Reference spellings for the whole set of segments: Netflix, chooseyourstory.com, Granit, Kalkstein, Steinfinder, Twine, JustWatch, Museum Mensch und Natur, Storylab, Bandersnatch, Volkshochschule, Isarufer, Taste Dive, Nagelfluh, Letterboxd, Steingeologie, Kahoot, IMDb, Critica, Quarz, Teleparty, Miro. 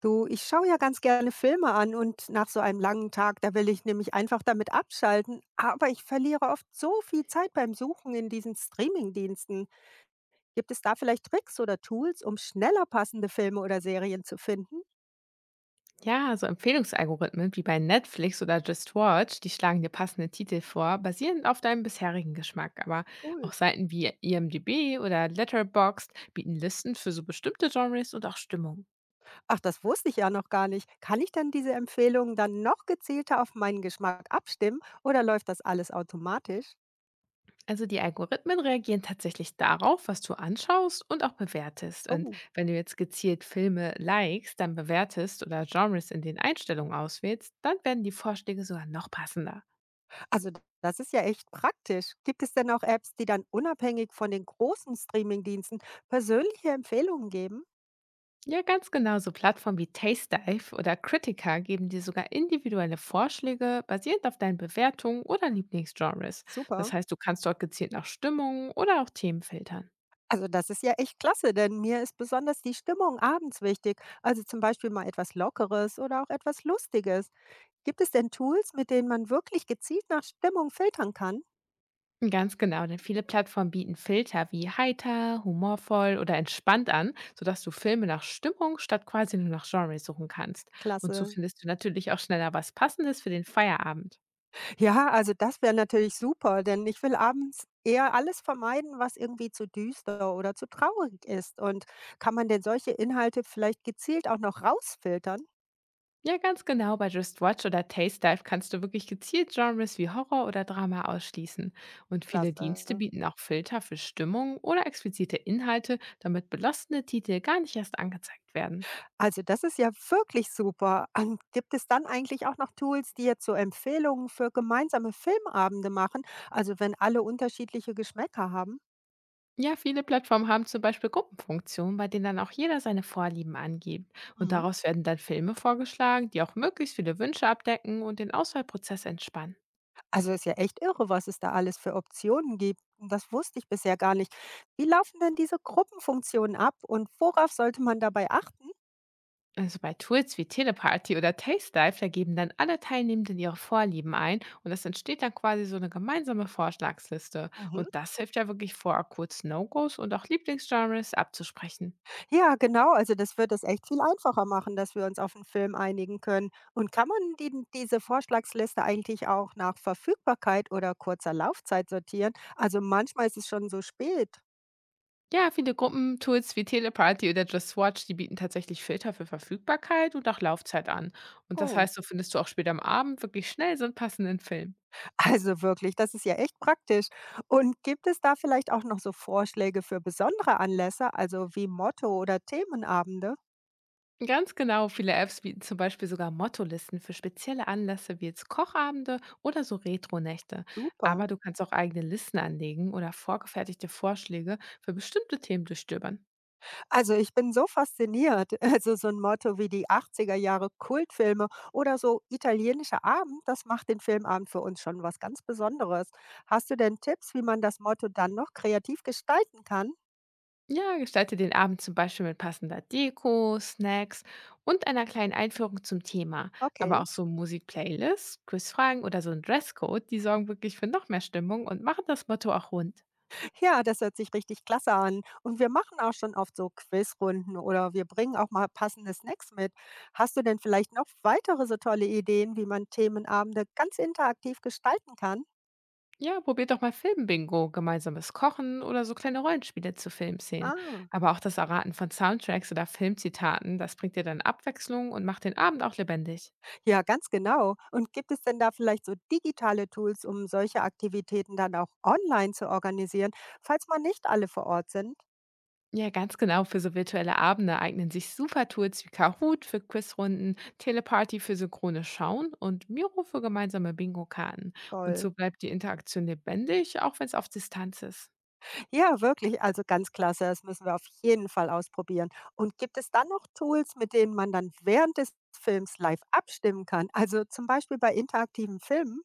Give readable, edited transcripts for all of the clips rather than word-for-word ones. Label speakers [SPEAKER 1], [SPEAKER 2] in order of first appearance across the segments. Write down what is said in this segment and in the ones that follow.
[SPEAKER 1] Du, ich schaue ja ganz gerne Filme an und nach so einem langen Tag, da will ich nämlich einfach damit abschalten, aber ich verliere oft so viel Zeit beim Suchen in diesen Streaming-Diensten. Gibt es da vielleicht Tricks oder Tools, um schneller passende Filme oder Serien zu finden?
[SPEAKER 2] Ja, so Empfehlungsalgorithmen wie bei Netflix oder JustWatch, die schlagen dir passende Titel vor, basierend auf deinem bisherigen Geschmack. Aber auch
[SPEAKER 1] Cool.
[SPEAKER 2] Seiten wie IMDb oder Letterboxd bieten Listen für so bestimmte Genres und auch Stimmung.
[SPEAKER 1] Ach, das wusste ich ja noch gar nicht. Kann ich dann diese Empfehlungen dann noch gezielter auf meinen Geschmack abstimmen oder läuft das alles automatisch?
[SPEAKER 2] Also die Algorithmen reagieren tatsächlich darauf, was du anschaust und auch bewertest. Und
[SPEAKER 1] Oh.
[SPEAKER 2] wenn du jetzt gezielt Filme likest, dann bewertest oder Genres in den Einstellungen auswählst, dann werden die Vorschläge sogar noch passender.
[SPEAKER 1] Also das ist ja echt praktisch. Gibt es denn auch Apps, die dann unabhängig von den großen Streamingdiensten persönliche Empfehlungen geben?
[SPEAKER 2] Ja, ganz genau. So Plattformen wie Taste Dive oder Critica geben dir sogar individuelle Vorschläge basierend auf deinen Bewertungen oder Lieblingsgenres. Das
[SPEAKER 1] Super.
[SPEAKER 2] heißt, du kannst dort gezielt nach Stimmungen oder auch Themen filtern.
[SPEAKER 1] Also das ist ja echt klasse, denn mir ist besonders die Stimmung abends wichtig. Also zum Beispiel mal etwas Lockeres oder auch etwas Lustiges. Gibt es denn Tools, mit denen man wirklich gezielt nach Stimmung filtern kann?
[SPEAKER 2] Ganz genau, denn viele Plattformen bieten Filter wie heiter, humorvoll oder entspannt an, sodass du Filme nach Stimmung statt quasi nur nach Genre suchen kannst. Und so
[SPEAKER 1] Klasse.
[SPEAKER 2] findest du natürlich auch schneller was Passendes für den Feierabend.
[SPEAKER 1] Ja, also das wäre natürlich super, denn ich will abends eher alles vermeiden, was irgendwie zu düster oder zu traurig ist. Und kann man denn solche Inhalte vielleicht gezielt auch noch rausfiltern?
[SPEAKER 2] Ja, ganz genau. Bei Just Watch oder Taste Dive kannst du wirklich gezielt Genres wie Horror oder Drama ausschließen. Und viele
[SPEAKER 1] Klasse.
[SPEAKER 2] Dienste bieten auch Filter für Stimmung oder explizite Inhalte, damit belastende Titel gar nicht erst angezeigt werden.
[SPEAKER 1] Also das ist ja wirklich super. Und gibt es dann eigentlich auch noch Tools, die jetzt so Empfehlungen für gemeinsame Filmabende machen? Also wenn alle unterschiedliche Geschmäcker haben?
[SPEAKER 2] Ja, viele Plattformen haben zum Beispiel Gruppenfunktionen, bei denen dann auch jeder seine Vorlieben angibt. Und
[SPEAKER 1] Mhm.
[SPEAKER 2] daraus werden dann Filme vorgeschlagen, die auch möglichst viele Wünsche abdecken und den Auswahlprozess entspannen.
[SPEAKER 1] Also ist ja echt irre, was es da alles für Optionen gibt. Und das wusste ich bisher gar nicht. Wie laufen denn diese Gruppenfunktionen ab und worauf sollte man dabei achten?
[SPEAKER 2] Also bei Tools wie Teleparty oder Taste Dive, da geben dann alle Teilnehmenden ihre Vorlieben ein und es entsteht dann quasi so eine gemeinsame Vorschlagsliste.
[SPEAKER 1] Mhm.
[SPEAKER 2] Und das hilft ja wirklich vor, kurz No-Gos und auch Lieblingsgenres abzusprechen.
[SPEAKER 1] Ja, genau. Also das wird es echt viel einfacher machen, dass wir uns auf einen Film einigen können. Und kann man diese Vorschlagsliste eigentlich auch nach Verfügbarkeit oder kurzer Laufzeit sortieren? Also manchmal ist es schon so spät.
[SPEAKER 2] Ja, viele Gruppentools wie Teleparty oder Just Watch, die bieten tatsächlich Filter für Verfügbarkeit und auch Laufzeit an. Und das
[SPEAKER 1] Oh.
[SPEAKER 2] heißt, so findest du auch später am Abend wirklich schnell so einen passenden Film.
[SPEAKER 1] Also wirklich, das ist ja echt praktisch. Und gibt es da vielleicht auch noch so Vorschläge für besondere Anlässe, also wie Motto oder Themenabende?
[SPEAKER 2] Ganz genau, viele Apps bieten zum Beispiel sogar Mottolisten für spezielle Anlässe wie jetzt Kochabende oder so Retro-Nächte. Aber
[SPEAKER 1] Super.
[SPEAKER 2] du kannst auch eigene Listen anlegen oder vorgefertigte Vorschläge für bestimmte Themen durchstöbern.
[SPEAKER 1] Also ich bin so fasziniert. Also so ein Motto wie die 80 Jahre Kultfilme oder so italienischer Abend, das macht den Filmabend für uns schon was ganz Besonderes. Hast du denn Tipps, wie man das Motto dann noch kreativ gestalten kann?
[SPEAKER 2] Ja, gestalte den Abend zum Beispiel mit passender Deko, Snacks und einer kleinen Einführung zum Thema. Aber
[SPEAKER 1] Okay.
[SPEAKER 2] auch so Musik-Playlists, Quizfragen oder so ein Dresscode, die sorgen wirklich für noch mehr Stimmung und machen das Motto auch rund.
[SPEAKER 1] Ja, das hört sich richtig klasse an. Und wir machen auch schon oft so Quizrunden oder wir bringen auch mal passende Snacks mit. Hast du denn vielleicht noch weitere so tolle Ideen, wie man Themenabende ganz interaktiv gestalten kann?
[SPEAKER 2] Ja, probiert doch mal Filmbingo, gemeinsames Kochen oder so kleine Rollenspiele zu Filmszenen.
[SPEAKER 1] Ah,
[SPEAKER 2] Aber auch das Erraten von Soundtracks oder Filmzitaten, das bringt dir dann Abwechslung und macht den Abend auch lebendig.
[SPEAKER 1] ja, ganz genau. Und gibt es denn da vielleicht so digitale Tools, um solche Aktivitäten dann auch online zu organisieren, falls man nicht alle vor Ort sind?
[SPEAKER 2] Ja, ganz genau, für so virtuelle Abende eignen sich super Tools wie Kahoot für Quizrunden, Teleparty für synchrone Schauen und Miro für gemeinsame Bingo-Karten. Und
[SPEAKER 1] Toll.
[SPEAKER 2] so bleibt die Interaktion lebendig, auch wenn es auf Distanz ist.
[SPEAKER 1] Ja, wirklich, also ganz klasse. Das müssen wir auf jeden Fall ausprobieren. Und gibt es dann noch Tools, mit denen man dann während des Films live abstimmen kann? Also zum Beispiel bei interaktiven Filmen?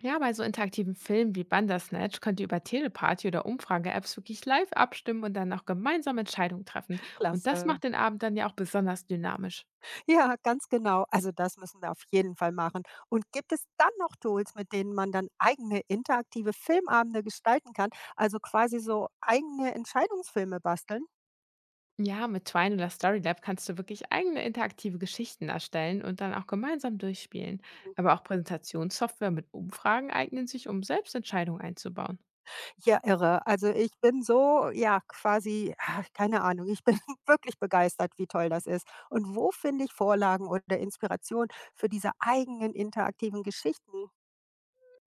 [SPEAKER 2] Ja, bei so interaktiven Filmen wie Bandersnatch könnt ihr über Teleparty oder Umfrage-Apps wirklich live abstimmen und dann auch gemeinsam Entscheidungen treffen. Und das
[SPEAKER 1] Klasse.
[SPEAKER 2] macht den Abend dann ja auch besonders dynamisch.
[SPEAKER 1] Ja, ganz genau. Also das müssen wir auf jeden Fall machen. Und gibt es dann noch Tools, mit denen man dann eigene interaktive Filmabende gestalten kann? Also quasi so eigene Entscheidungsfilme basteln?
[SPEAKER 2] Ja, mit Twine oder Storylab kannst du wirklich eigene interaktive Geschichten erstellen und dann auch gemeinsam durchspielen. Aber auch Präsentationssoftware mit Umfragen eignen sich, um selbst Entscheidungen einzubauen.
[SPEAKER 1] Ja, irre. Also, ich bin so, ja, quasi keine Ahnung. Ich bin wirklich begeistert, wie toll das ist. Und wo finde ich Vorlagen oder Inspiration für diese eigenen interaktiven Geschichten?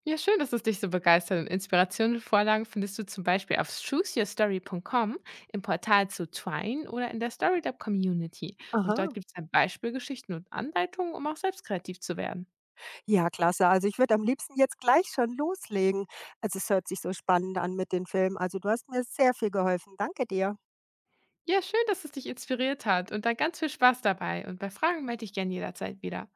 [SPEAKER 2] Ja, schön, dass es dich so begeistert. Und Inspirationen und Vorlagen findest du zum Beispiel auf chooseyourstory.com, im Portal zu Twine oder in der StoryLab Community. Und dort
[SPEAKER 1] Aha.
[SPEAKER 2] gibt es dann Beispielgeschichten und Anleitungen, um auch selbst kreativ zu werden.
[SPEAKER 1] Ja, klasse. Also, ich würde am liebsten jetzt gleich schon loslegen. Also, es hört sich so spannend an mit den Filmen. Also, du hast mir sehr viel geholfen. Danke dir.
[SPEAKER 2] Ja, schön, dass es dich inspiriert hat und dann ganz viel Spaß dabei. Und bei Fragen melde ich gerne jederzeit wieder.